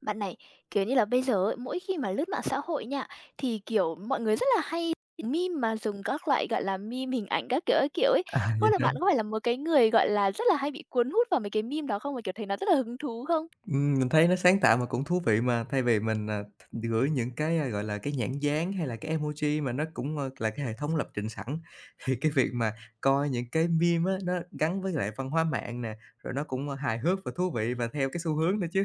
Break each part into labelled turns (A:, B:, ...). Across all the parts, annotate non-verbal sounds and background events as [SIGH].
A: Bạn này, kiểu như là, bây giờ ấy, mỗi khi mà lướt mạng xã hội nha, thì, kiểu, mọi người rất là hay meme mà dùng các loại, gọi là, meme hình ảnh các kiểu ấy.
B: À,
A: Có
B: vậy
A: là
B: hả?
A: bạn có phải là một cái người, gọi là, rất là hay bị cuốn hút vào mấy cái meme đó không? Mà kiểu, thấy nó rất là hứng thú không?
B: Mình thấy nó sáng tạo mà cũng thú vị mà, thay vì mình, à, th gửi những cái nhãn dán hay là cái emoji mà nó cũng là cái hệ
A: Ừm.
B: thống lập trình sẵn, [LAUGHS] thì cái việc mà coi những cái meme á, nó gắn với lại văn hóa mạng nè, rồi nó cũng hài hước và thú vị và theo cái xu hướng nữa chứ.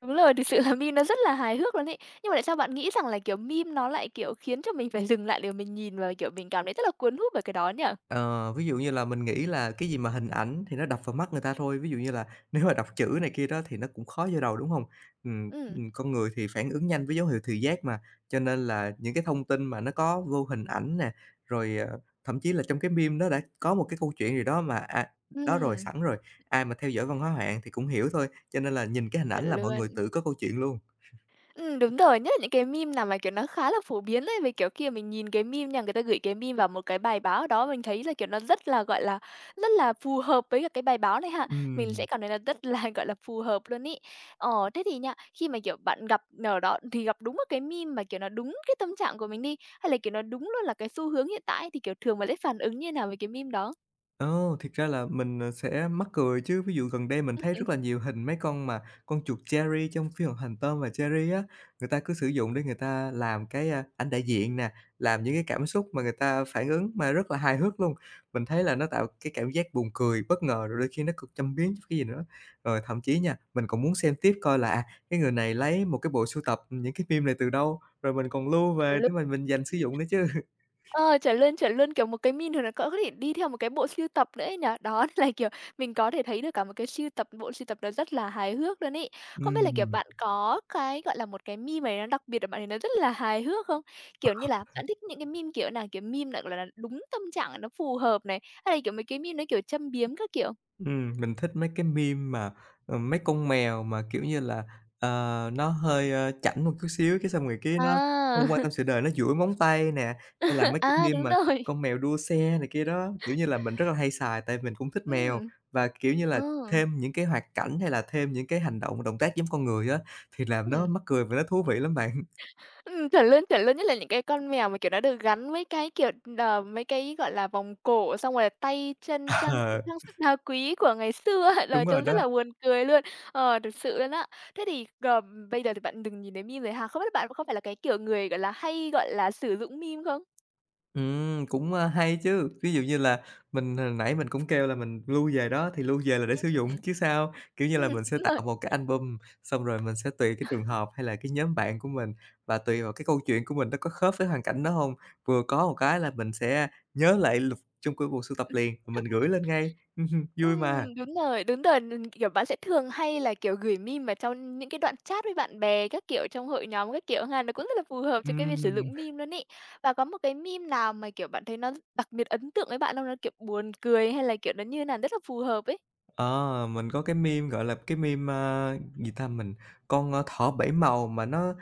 A: Đúng rồi, thực sự là meme nó rất là hài hước luôn ấy. Nhưng mà tại sao bạn nghĩ rằng là, kiểu, meme nó lại, kiểu, khiến cho mình phải dừng lại để mình nhìn và, kiểu, mình cảm thấy rất là cuốn hút bởi cái đó nhỉ?
B: Ờ, ví dụ như là mình nghĩ là cái gì mà hình ảnh thì nó đập vào mắt người ta thôi, ví dụ như là [LAUGHS] nếu mà đọc chữ này kia đó thì nó cũng khó vô đầu, đúng không.
A: Ừm.
B: Con người thì phản ứng nhanh với dấu hiệu thị giác mà, cho nên là những cái thông tin mà nó có vô hình ảnh nè, rồi thậm chí là trong cái meme nó đã có một cái câu chuyện gì đó đó rồi,
A: Ừm,
B: sẵn rồi, ai mà theo dõi văn hóa mạng thì cũng hiểu thôi, cho nên là nhìn cái hình ảnh
A: chuẩn
B: là mọi người
A: luôn.
B: tự có câu chuyện luôn.
A: Đúng rồi, nhất là những cái meme nào mà, kiểu, nó khá là phổ biến ấy, về, kiểu, khi mình nhìn cái meme nha, người ta gửi cái meme vào một cái bài báo đó, mình thấy là, kiểu, nó rất là, gọi là, rất là phù hợp với cả cái bài báo này ha, mình
B: Ừm.
A: sẽ cảm thấy là rất là, [LAUGHS] gọi là, phù hợp luôn ý. Ờ, thế thì nha, khi mà, kiểu, bạn gặp ở đó thì gặp đúng một cái meme mà, kiểu, nó đúng cái tâm trạng của mình đi, hay là, kiểu, nó đúng luôn là cái xu hướng hiện tại ấy, thì, kiểu, thường mà sẽ phản ứng như nào với cái meme đó?
B: Ồ, thiệt ra là mình sẽ mắc cười chứ, ví dụ gần đây mình thấy rất là nhiều hình mấy con mà con chuột Cherry trong phim hoạt hình Tom và Jerry á, người ta cứ sử dụng để người ta làm ảnh đại diện nè, làm những cái cảm xúc mà người ta phản ứng mà rất là hài hước luôn. Mình thấy là nó tạo cái cảm giác buồn cười, bất ngờ, rồi đôi khi nó cực châm biếm chứ cái gì nữa. Rồi thậm chí nha, mình còn muốn xem tiếp coi cái người này lấy một cái bộ sưu tập những cái phim này từ đâu, rồi mình còn lưu về
A: Chuẩn luôn.
B: để mà mình dành sử dụng nữa chứ. [LAUGHS]
A: Ờ, chuẩn luôn, kiểu, một cái min thì nó có thể đi theo một cái bộ sưu tập nữa ấy nhỉ? Đó, [LAUGHS] nên là, kiểu, mình có thể thấy được cả một cái sưu tập bộ sưu tập nó rất là hài hước luôn ấy. Không biết là, kiểu,
B: Ừm.
A: bạn có cái, gọi là, một cái meme mà nó đặc biệt ở bạn thì nó rất là hài hước không? Kiểu như là, bạn thích những cái meme kiểu nào? Kiểu, meme lại, gọi là, đúng tâm trạng, nó phù hợp này, hay là, kiểu, mấy cái meme nó, kiểu, châm biếm các kiểu?
B: Mình thích mấy cái meme mà, mấy con mèo mà, kiểu như là, ờ, nó hơi chảnh một chút xíu, cái xong rồi cái nó
A: À,
B: không quan tâm sự đời, nó duỗi móng tay nè, hay là
A: [LAUGHS]
B: mấy cái
A: à,
B: meme
A: đúng
B: mà
A: rồi.
B: con mèo đua xe này kia đó. Kiểu như là, mình rất là hay xài tại mình cũng thích mèo
A: Ừm,
B: và, kiểu như là,
A: ờ,
B: thêm những cái hoạt cảnh hay là thêm những cái hành động, động tác giống con người á, thì làm nó
A: ừm.
B: mắc cười và nó thú vị lắm bạn.
A: Chuẩn luôn, nhất là những cái con mèo mà, kiểu, nó được gắn mấy cái, kiểu, ờ, mấy cái, gọi là, vòng cổ, xong rồi là tay chân
B: [LAUGHS]
A: trang
B: Ờ,
A: trang sức đá quý của ngày xưa ấy,
B: đúng
A: là [LAUGHS]
B: rồi
A: trông rất
B: đó.
A: là buồn cười luôn. Ờ, thực sự luôn á. Thế thì, ờ, bây giờ thì bạn đừng nhìn thấy meme rồi ha, không biết bạn có phải là cái kiểu người, gọi là, hay, gọi là, sử dụng meme không?
B: Cũng hay chứ. Ví dụ như là mình hồi nãy mình cũng kêu là mình lưu về đó, thì lưu về là để sử dụng chứ sao. Kiểu như là, mình sẽ
A: Đúng
B: tạo
A: rồi.
B: một cái album, xong rồi mình sẽ tùy cái trường hợp hay là cái nhóm bạn của mình và tùy vào cái câu chuyện của mình nó có khớp với hoàn cảnh đó hông. Vừa có một cái là mình sẽ nhớ lại lục trong của bộ sưu tập liền, rồi mình gửi lên ngay. [LAUGHS] Hưm, vui mà.
A: Đúng rồi, đúng rồi, kiểu, bạn sẽ thường hay là, kiểu, gửi meme vào trong những cái đoạn chat với bạn bè các kiểu, trong hội nhóm các kiểu ha, nó cũng rất là phù hợp cho cái việc sử
B: Ừm.
A: dụng meme luôn ấy. Và có một cái meme nào mà, kiểu, bạn thấy nó đặc biệt ấn tượng với bạn không? Nó, kiểu, buồn cười hay là, kiểu, nó như nào rất là phù hợp ấy?
B: Ờ, mình có cái meme, gọi là, cái meme, a, gì ta, mình thỏ 7 màu mà nó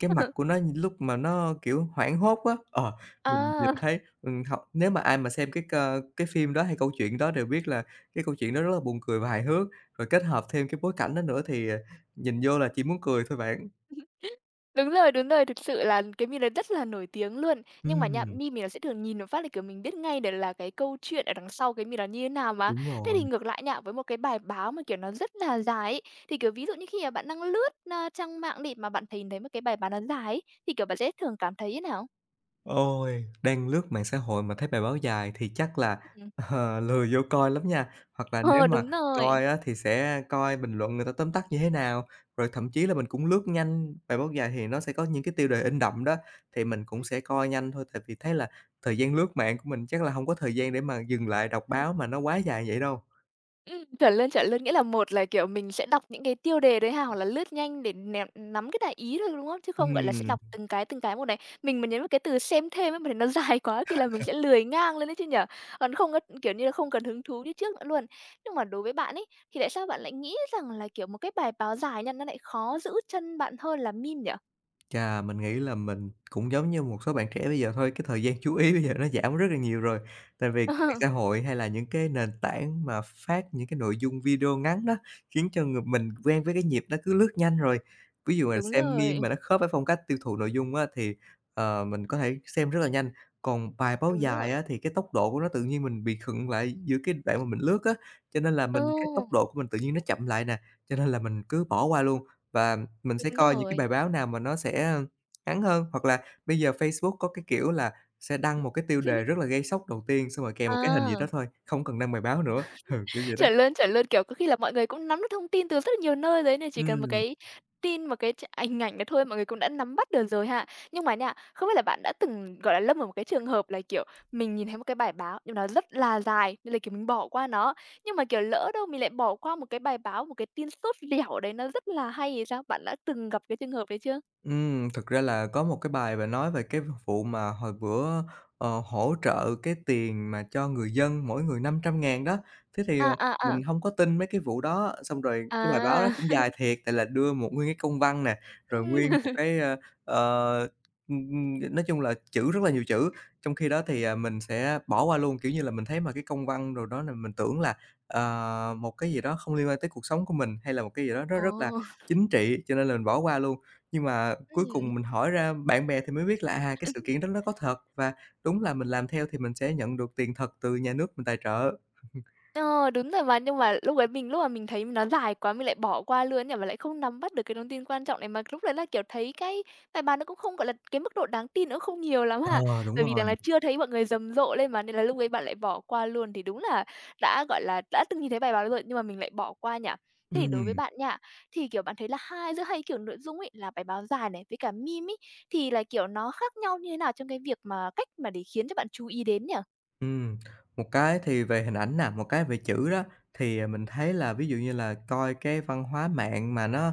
B: cái mặt của
A: [LAUGHS]
B: nó lúc mà nó, kiểu, hoảng hốt á. Ờ, mình nhìn
A: Ờ.
B: thấy, học nếu mà ai mà xem cái phim đó hay câu chuyện đó đều biết là cái câu chuyện đó rất là buồn cười và hài hước, rồi kết hợp thêm cái bối cảnh đó nữa thì nhìn vô là chỉ muốn cười thôi bạn.
A: Đúng rồi, thực sự là cái meme đấy rất là nổi tiếng luôn. Nhưng mà nha,
B: Ừm,
A: meme mình là sẽ thường nhìn một phát là, kiểu, mình biết ngay được là cái câu chuyện ở đằng sau cái meme đó như thế nào mà.
B: đúng
A: Thế
B: rồi.
A: thì ngược lại nha, với một cái bài báo mà, kiểu, nó rất là dài ấy, thì, kiểu, ví dụ như khi mà bạn đang lướt, trang mạng đi, mà bạn thấy thấy một cái bài báo nó dài ấy, thì, kiểu, bạn sẽ thường cảm thấy thế nào?
B: Ôi, đang lướt mạng xã hội mà thấy bài báo dài thì chắc là,
A: Ừm,
B: [LAUGHS] lười vô coi lắm nha. Hoặc là nếu
A: ờ,
B: mà
A: đúng rồi.
B: coi á thì sẽ coi bình luận người ta tóm tắt như thế nào, rồi thậm chí là mình cũng lướt nhanh, bài báo dài thì nó sẽ có những cái tiêu đề in đậm đó, thì mình cũng sẽ coi nhanh thôi, tại vì thấy là thời gian lướt mạng của mình chắc là không có thời gian để mà dừng lại đọc
A: Ừm.
B: báo mà nó quá dài vậy đâu.
A: Chuẩn luôn, chuẩn luôn. Nghĩa là một là, kiểu, mình sẽ đọc những cái tiêu đề đấy ha, hoặc là lướt nhanh để nắm cái đại ý thôi, đúng không? Chứ không, gọi là, sẽ
B: Ừm.
A: đọc từng cái một này. Mình mà nhấn vào cái từ "xem thêm" ấy mà thấy nó [LAUGHS] dài quá thì là mình sẽ lười ngang lên ấy chứ nhỉ? Còn không có kiểu như là, không còn hứng thú như trước nữa luôn. Nhưng mà đối với bạn ấy, thì tại sao bạn lại nghĩ rằng là, kiểu, một cái bài báo dài nha, nó lại khó giữ chân bạn hơn là meme nhỉ?
B: Chà, mình nghĩ là mình cũng giống như một số bạn trẻ bây giờ thôi, cái thời gian chú ý bây giờ
A: Ừm.
B: nó giảm rất là nhiều rồi. Tại vì cái
A: [LAUGHS]
B: mạng
A: Ờ,
B: xã hội hay là những cái nền tảng mà phát những cái nội dung video ngắn đó, khiến cho người mình quen với cái nhịp nó cứ lướt nhanh rồi. Ví dụ là
A: đúng
B: xem meme
A: rồi,
B: mà nó khớp với phong cách tiêu thụ nội dung á thì mình có thể xem rất là nhanh. Còn bài báo
A: đúng
B: dài
A: rồi.
B: á, thì cái tốc độ của nó tự nhiên mình bị khựng lại giữa cái đoạn mà mình lướt á, cho nên là
A: Ừ,
B: mình cái tốc độ của mình tự nhiên nó chậm lại nè, cho nên là mình cứ bỏ qua luôn. Và mình sẽ
A: đúng
B: coi những cái bài
A: rồi.
B: báo nào mà nó sẽ ngắn hơn, hoặc là bây giờ Facebook có cái kiểu là sẽ đăng một cái tiêu đề rất
A: [LAUGHS]
B: là gây sốc đầu tiên, xong rồi kèm một cái hình gì
A: À.
B: đó thôi, không cần đăng bài báo nữa, [LAUGHS] ừ, kiểu vậy đó.
A: Chuẩn luôn, kiểu, có khi là mọi người cũng nắm được thông tin từ rất là nhiều nơi đấy ấy, nên chỉ cần một
B: Ừm.
A: cái tin, một cái hình ảnh đó thôi mọi người cũng đã nắm bắt được rồi ha. Nhưng mà nha, không biết là bạn đã từng, gọi là, lâm vào một cái trường hợp là, kiểu, mình nhìn thấy một cái bài báo nhưng nó rất là dài nên là, kiểu, mình bỏ qua nó, nhưng mà, kiểu, lỡ đâu mình lại bỏ qua một cái bài báo, một cái tin sốt lẻo đấy nó rất là hay thì sao? Bạn đã từng gặp cái trường hợp đấy chưa?
B: Thực ra là có một cái bài và nói về cái vụ mà hồi bữa, hỗ trợ cái tiền mà cho người dân mỗi người 500.000 đó, thế thì,
A: À,
B: ờ,
A: à,
B: mình
A: à.
B: không có tin mấy cái vụ đó. Xong rồi cái bài báo đó
A: À.
B: cũng dài thiệt, tại là đưa một nguyên cái công văn nè,
A: [LAUGHS]
B: rồi nguyên một
A: Ừm.
B: cái, ờ, ừm, nói chung là chữ rất là nhiều chữ. Trong khi đó thì,
A: Ừm.
B: à, mình sẽ bỏ qua luôn, kiểu như là, mình thấy mà cái công văn rồi đó là mình tưởng là một cái gì đó không liên quan tới cuộc sống của mình, hay là một cái gì đó nó rất là
A: Ồ.
B: chính trị, cho nên là mình bỏ qua luôn. Nhưng mà cuối
A: Ừm.
B: cùng mình hỏi ra bạn bè thì mới biết là cái sự kiện đó nó có thật và đúng là mình làm theo thì mình sẽ nhận được tiền thật từ nhà nước mình tài trợ.
A: Ờ, đúng rồi mà, nhưng mà lúc mà mình thấy nó dài quá mình lại bỏ qua luôn nhỉ, và lại không nắm bắt được cái thông tin quan trọng này, mà lúc đấy là, kiểu, thấy cái bài báo nó cũng không, gọi là, cái mức độ đáng tin nó cũng không nhiều lắm ha.
B: Ờ, đúng
A: Bởi vì
B: rồi.
A: rằng là chưa thấy mọi người rầm rộ lên mà, nên là lúc ấy bạn lại bỏ qua luôn, thì đúng là đã, gọi là, đã từng nhìn thấy bài báo rồi nhưng mà mình lại bỏ qua nhỉ? Thế thì đối với
B: Ừm,
A: bạn nha, thì, kiểu, bạn thấy là giữa hai kiểu nội dung ấy, là bài báo dài này với cả meme ấy, thì là, kiểu, nó khác nhau như thế nào trong cái việc mà cách mà để khiến cho bạn chú ý đến nhỉ?
B: ừm, một cái thì về hình ảnh nè, một cái về chữ đó, thì mình thấy là ví dụ như là coi cái văn hóa mạng mà nó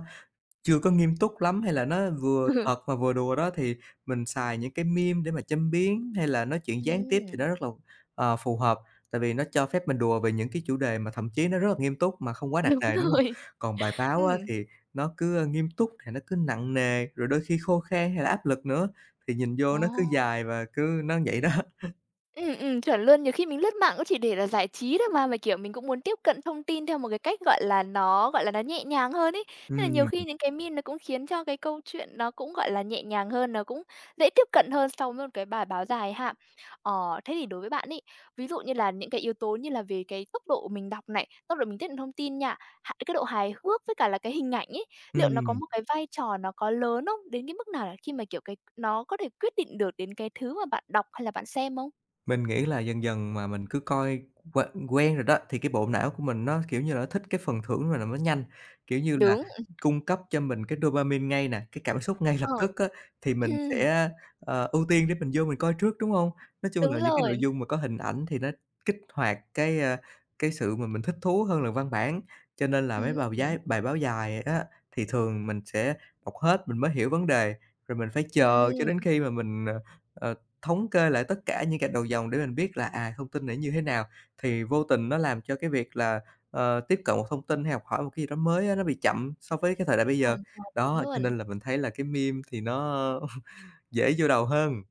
B: chưa có nghiêm túc lắm hay là nó vừa
A: [LAUGHS]
B: thật mà vừa đùa đó, thì mình xài những cái meme để mà châm biếm hay là nói chuyện gián tiếp thì
A: Ừ.
B: nó rất là phù hợp, tại vì nó cho phép mình đùa về những cái chủ đề mà thậm chí nó rất là nghiêm túc mà không quá nặng
A: Đúng
B: nề, đúng không.
A: rồi.
B: Còn bài báo á
A: Ừm,
B: thì nó cứ nghiêm túc thì nó cứ nặng nề, rồi đôi khi khô khan hay là áp lực nữa, thì nhìn vô nó cứ
A: ồ!
B: dài và cứ nó vậy đó. [LAUGHS]
A: Chuẩn luôn. Nhiều khi mình lướt mạng cũng chỉ để là giải trí thôi mà, kiểu, mình cũng muốn tiếp cận thông tin theo một cái cách, gọi là, nó nhẹ nhàng hơn ấy. Nên là nhiều
B: Ừm,
A: khi những cái meme nó cũng khiến cho cái câu chuyện nó cũng, gọi là, nhẹ nhàng hơn, nó cũng dễ tiếp cận hơn so với một cái bài báo dài ha. Ờ, thế thì đối với bạn ý, ví dụ như là những cái yếu tố như là về cái tốc độ mình đọc này, tốc độ mình tiếp nhận thông tin nha, cái độ hài hước với cả là cái hình ảnh ấy, liệu nó có
B: ừm.
A: một cái vai trò nó có lớn không? Đến cái mức nào là khi mà, kiểu, cái nó có thể quyết định được đến cái thứ mà bạn đọc hay là bạn xem không?
B: Mình nghĩ là dần dần mà mình cứ coi quen quen rồi đó, thì cái bộ não của mình nó, kiểu như là, nó thích cái phần thưởng mà nó nhanh, kiểu như là,
A: Đúng,
B: cung cấp cho mình cái dopamine ngay nè, cái cảm xúc ngay lập
A: ờ,
B: tức á, thì mình
A: ừm,
B: sẽ ưu tiên để mình vô mình coi trước, đúng không? Nói chung
A: đúng
B: là những cái nội
A: rồi,
B: dung mà có hình ảnh thì nó kích hoạt cái sự mà mình thích thú hơn là văn bản, cho nên là mấy
A: ừm,
B: bào giái bài báo dài á, thì thường mình sẽ đọc hết mình mới hiểu vấn đề, rồi mình phải chờ cho
A: ừm,
B: đến khi mà mình, ờ thống kê lại tất cả những gạch đầu dòng để mình biết là thông tin này như thế nào, thì vô tình nó làm cho cái việc là tiếp cận một thông tin hay học hỏi một cái gì đó mới á, nó bị chậm so với cái thời đại bây giờ.
A: hoàn toàn đúng
B: Đó, cho
A: luôn.
B: nên là mình thấy là cái meme thì nó [LAUGHS] dễ vô đầu hơn.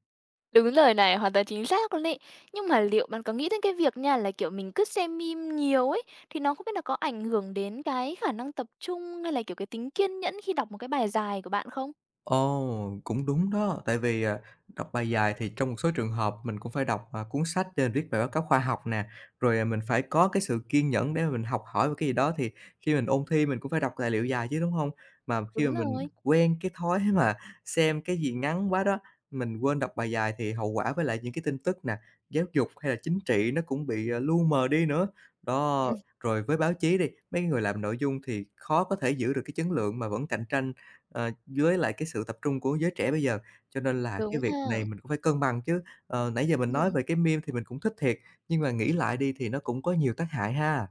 A: Đúng lời này, hoàn toàn chính xác luôn ấy. Nhưng mà liệu bạn có nghĩ đến cái việc nha, là, kiểu, mình cứ xem meme nhiều ấy, thì nó không biết là có ảnh hưởng đến cái khả năng tập trung hay là, kiểu, cái tính kiên nhẫn khi đọc một cái bài dài của bạn không?
B: Ồ, cũng đúng đó, tại vì, đọc bài dài thì trong một số trường hợp mình cũng phải đọc, cuốn sách để mình viết bài báo cáo khoa học nè, rồi, mình phải có cái sự kiên nhẫn để mà mình học hỏi về cái gì đó thì khi mình ôn thi mình cũng phải đọc tài liệu dài chứ, đúng không? Mà khi mà
A: Đúng
B: mình
A: rồi.
B: quen cái thói [LAUGHS] mà xem cái gì ngắn quá đó, mình quên đọc bài dài thì hậu quả với lại những cái tin tức nè, giáo dục hay là chính trị nó cũng bị, lu mờ đi nữa. Đó,
A: Ừm,
B: rồi với báo chí đi, mấy người làm nội dung thì khó có thể giữ được cái chất lượng mà vẫn cạnh tranh với lại cái sự tập trung của giới trẻ bây giờ, cho nên là cái
A: đúng
B: việc này
A: ha,
B: mình cũng phải cân bằng chứ. Ờ, nãy giờ mình nói
A: ừm,
B: về cái meme thì mình cũng thích thiệt, nhưng mà nghĩ lại đi thì nó cũng có nhiều tác hại ha.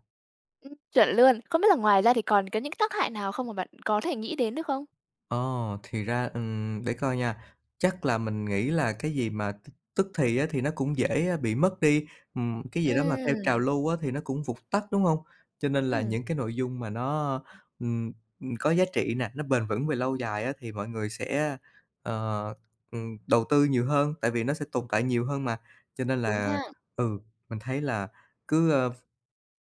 A: chuẩn luôn. Không biết là ngoài ra thì còn có những cái tác hại nào không mà bạn có thể nghĩ đến được không?
B: Ồ, thì ra, để coi nha, chắc là mình nghĩ là cái gì mà tức thì á, thì nó cũng dễ, bị mất đi, cái gì đó mà theo
A: Ừm,
B: trào lưu á, thì nó cũng vụt tắt, đúng không? Cho nên là
A: ừm,
B: những cái nội dung mà nó, ừm, có giá trị nè, nó bền vững về lâu dài á, thì mọi người sẽ, ờ, đầu tư nhiều hơn, tại vì nó sẽ tồn tại nhiều hơn mà. Cho nên
A: đúng
B: là,
A: ha.
B: ừ, mình thấy là cứ,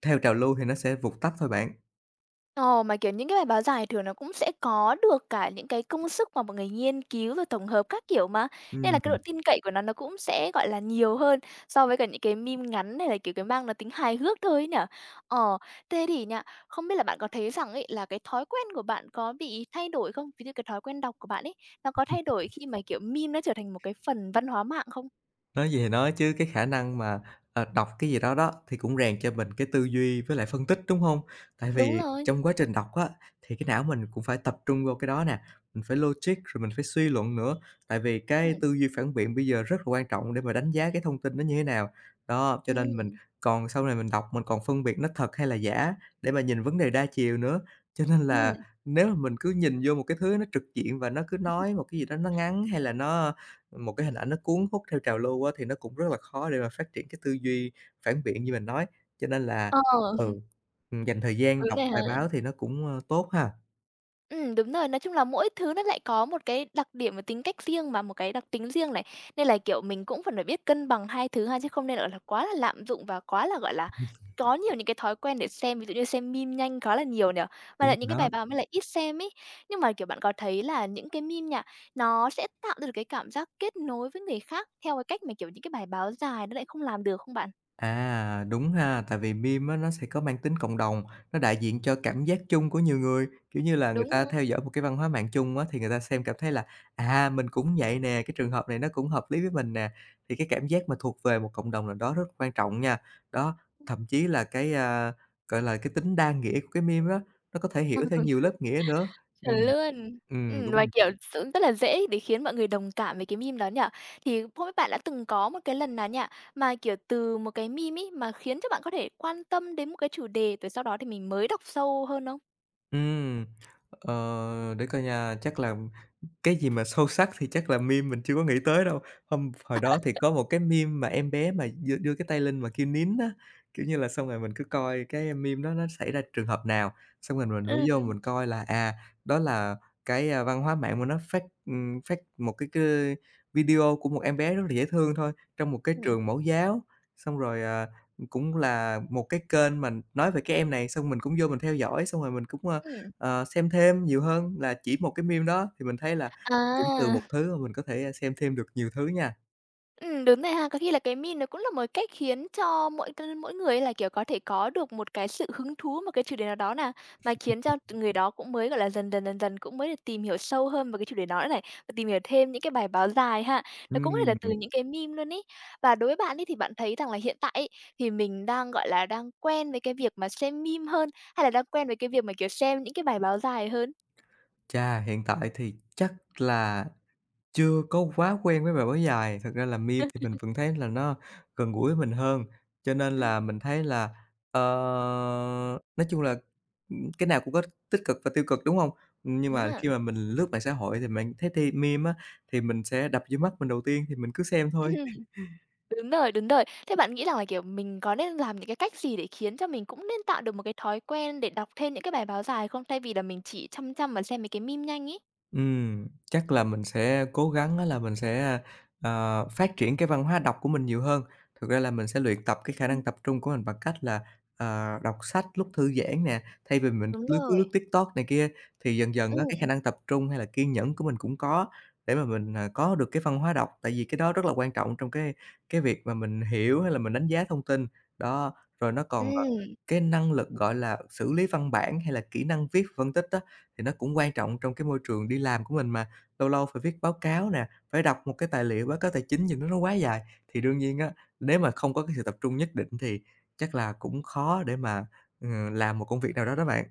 B: theo trào lưu thì nó sẽ vụt tắt thôi bạn.
A: Ồ, mà, kiểu, những cái bài báo dài thường nó cũng sẽ có được cả những cái công sức mà mọi người nghiên cứu rồi tổng hợp các kiểu mà, nên là cái độ
B: Ừm.
A: tin cậy của nó cũng sẽ, gọi là, nhiều hơn so với cả những cái meme ngắn hay là, kiểu, cái mang nó tính hài hước thôi ấy nhỉ? Ờ, thế thì nha, không biết là bạn có thấy rằng ấy là cái thói quen của bạn có bị thay đổi không? Ví dụ cái thói quen đọc của bạn ấy, nó có thay đổi khi mà, kiểu, meme nó trở thành một cái phần văn hóa mạng không?
B: Nói gì thì nói chứ cái khả năng mà, đọc cái gì đó đó thì cũng rèn cho mình cái tư duy với lại phân tích, đúng không? Tại
A: Đúng
B: vì
A: rồi.
B: trong quá trình đọc á, thì cái não mình cũng phải tập trung vô cái đó nè, mình phải logic rồi mình phải suy luận nữa, tại vì cái
A: Ừm,
B: tư duy phản biện bây giờ rất là quan trọng để mà đánh giá cái thông tin nó như thế nào. Đó, cho nên mình
A: ừm,
B: còn sau này mình đọc mình còn phân biệt nó thật hay là giả để mà nhìn vấn đề đa chiều nữa. Cho nên là
A: ừm,
B: nếu mà mình cứ nhìn vô một cái thứ nó trực diện và nó cứ nói một cái gì đó nó ngắn hay là nó một cái hình ảnh nó cuốn hút theo trào lưu á, thì nó cũng rất là khó để mà phát triển cái tư duy phản biện như mình nói, cho nên là
A: ờ,
B: ừ,
A: [LAUGHS]
B: dành thời gian
A: đúng
B: đọc
A: rồi
B: bài
A: ha.
B: báo thì nó cũng, tốt ha.
A: Ừ, đúng rồi. Nói chung là mỗi thứ nó lại có một cái đặc điểm và tính cách riêng mà, một cái đặc tính riêng này. Nên là, kiểu, mình cũng phải biết cân bằng hai thứ ha, chứ không nên, gọi là, quá là lạm dụng và quá là, gọi là, có nhiều những cái thói quen để xem, ví dụ như xem meme nhanh quá là nhiều nè, và
B: Đúng
A: lại những cái
B: rồi đó.
A: bài báo mới lại ít xem ấy. Nhưng mà, kiểu, bạn có thấy là những cái meme nha, nó sẽ tạo ra được cái cảm giác kết nối với người khác theo cái cách mà, kiểu, những cái bài báo dài nó lại không làm được không bạn?
B: À, đúng ha, tại vì meme á, nó sẽ có mang tính cộng đồng, nó đại diện cho cảm giác chung của nhiều người. Kiểu như là, người
A: Đúng.
B: ta theo dõi một cái văn hóa mạng chung á, thì người ta xem cảm thấy là "À, mình cũng vậy nè, cái trường hợp này nó cũng hợp lý với mình nè." Thì cái cảm giác mà thuộc về một cộng đồng nào đó rất quan trọng nha. Đó, thậm chí là cái, gọi là, cái tính đa nghĩa của cái meme đó, nó có thể hiểu theo nhiều lớp nghĩa nữa. Ừm,
A: Chuẩn luôn.
B: đúng
A: Và,
B: rồi.
A: kiểu, sự rất là dễ để khiến mọi người đồng cảm với cái meme đó nhỉ? Thì không biết bạn đã từng có một cái lần nào nha, mà, kiểu, từ một cái meme ấy mà khiến cho bạn có thể quan tâm đến một cái chủ đề, rồi sau đó thì mình mới đọc sâu hơn không?
B: Ừm, để coi nha, chắc là cái gì mà sâu sắc thì chắc là meme mình chưa có nghĩ tới đâu. Hôm hồi đó thì có một cái meme mà em bé mà đưa đưa cái tay lên mà kêu "nín" á, kiểu như là, xong rồi mình cứ coi cái meme đó nó xảy ra trường hợp nào, xong rồi mình mới
A: Ừm.
B: vô mình coi là, à, đó là cái, văn hóa mạng mà nó phát một cái video của một em bé rất là dễ thương thôi, trong một cái
A: Ừm,
B: trường mẫu giáo. Xong rồi, cũng là một cái kênh mà nói về cái em này, xong mình cũng vô mình theo dõi, xong rồi mình cũng,
A: ừm.
B: xem thêm nhiều hơn là chỉ một cái meme đó, thì mình thấy là cũng từ
A: À.
B: một thứ mà mình có thể xem thêm được nhiều thứ nha.
A: Đúng rồi ha. Có khi là cái meme nó cũng là một cách khiến cho mỗi người ấy là, kiểu, có thể có được một cái sự hứng thú một cái chủ đề nào đó nè, mà khiến cho người đó cũng mới, gọi là, dần dần, dần dần cũng mới được tìm hiểu sâu hơn về cái chủ đề đó nữa này, và tìm hiểu thêm những cái bài báo dài ha. Nó cũng có thể là từ
B: Ừm,
A: những cái meme luôn ý. Và đối với bạn ấy thì bạn thấy rằng là hiện tại ấy, thì mình đang, gọi là, đang quen với cái việc mà xem meme hơn, hay là đang quen với cái việc mà, kiểu, xem những cái bài báo dài hơn?
B: chà, hiện tại thì chắc là chưa có quá quen với bài báo dài, thật ra là meme thì mình
A: [LAUGHS]
B: vẫn thấy là nó gần gũi với mình hơn, cho nên
A: Ừm,
B: là mình thấy là, ờ, nói chung là, cái nào cũng có tích cực và tiêu cực, đúng không? Nhưng
A: đúng
B: mà
A: mà.
B: khi mà mình lướt mạng xã hội thì mình thấy ti meme á, thì mình sẽ đập vô mắt mình đầu tiên thì mình cứ xem thôi.
A: [LAUGHS] Đúng rồi, đúng rồi. Thế bạn nghĩ rằng là, kiểu, mình có nên làm những cái cách gì để khiến cho mình cũng nên tạo được một cái thói quen để đọc thêm những cái bài báo dài không? Thay vì là mình chỉ chăm chăm mà xem mấy cái meme nhanh ấy.
B: Chắc là mình sẽ cố gắng á là mình sẽ, phát triển cái văn hóa đọc của mình nhiều hơn. Thực ra là mình sẽ luyện tập cái khả năng
A: Ừm.
B: tập trung của mình bằng cách là, đọc sách lúc thư giãn nè, thay vì mình
A: Đúng
B: lướt
A: rồi.
B: TikTok này kia, thì dần dần á,
A: Ừm,
B: cái khả năng tập trung hay là kiên nhẫn của mình cũng có để mà mình, có được cái văn hóa đọc, tại vì cái đó rất là quan trọng trong cái việc mà mình hiểu hay là mình đánh giá thông tin. Đó, rồi nó còn,
A: ừm.
B: cái năng lực, gọi là, xử lý văn bản hay là kỹ năng viết phân tích á, thì nó cũng quan trọng trong cái môi trường đi làm của mình mà, lâu lâu phải viết báo cáo nè, phải đọc một cái tài liệu báo cáo tài chính gì đó nó quá dài. Thì đương nhiên á, nếu mà không có cái sự tập trung nhất định thì chắc là cũng khó để mà, ừ, làm một công việc nào đó đó bạn.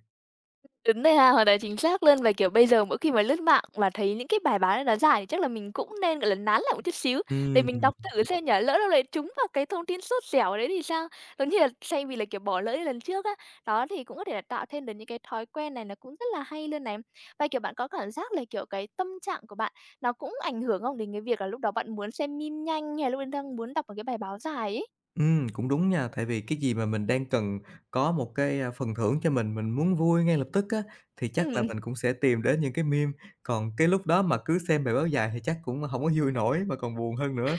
A: Đúng rồi ha, hoàn toàn chính xác luôn. Và, kiểu, bây giờ mỗi khi mà lướt mạng mà thấy những cái bài báo này nó dài thì chắc là mình cũng nên, gọi là, nán lại một chút xíu để mình
B: Ừm,
A: đọc thử xem nhở lỡ đâu lại trúng vào cái thông tin sốt dẻo đấy thì sao? Giống như là thay vì là, kiểu, bỏ lỡ như lần trước á, đó, thì cũng có thể là tạo thêm được những cái thói quen này, nó cũng rất là hay luôn này. Và, kiểu, bạn có cảm giác là, kiểu, cái tâm trạng của bạn nó cũng ảnh hưởng không đến cái việc là lúc đó bạn muốn xem meme nhanh hay là lúc đang muốn đọc một cái bài báo dài ấy?
B: cũng đúng nha, tại vì cái gì mà mình đang cần có một cái, phần thưởng cho mình muốn vui ngay lập tức á, thì chắc là
A: Ừm.
B: mình cũng sẽ tìm đến những cái meme, còn cái lúc đó mà cứ xem bài báo dài thì chắc cũng không có vui nổi mà còn buồn hơn nữa.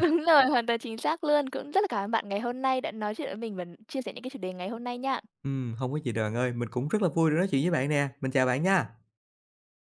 A: Đúng rồi, hoàn toàn chính xác luôn. Cũng rất là cảm ơn bạn ngày hôm nay đã nói chuyện với mình và chia sẻ những cái chủ đề ngày hôm nay nha.
B: Không có gì đâu bạn ơi, mình cũng rất là vui được nói chuyện với bạn nè. Mình chào bạn nha.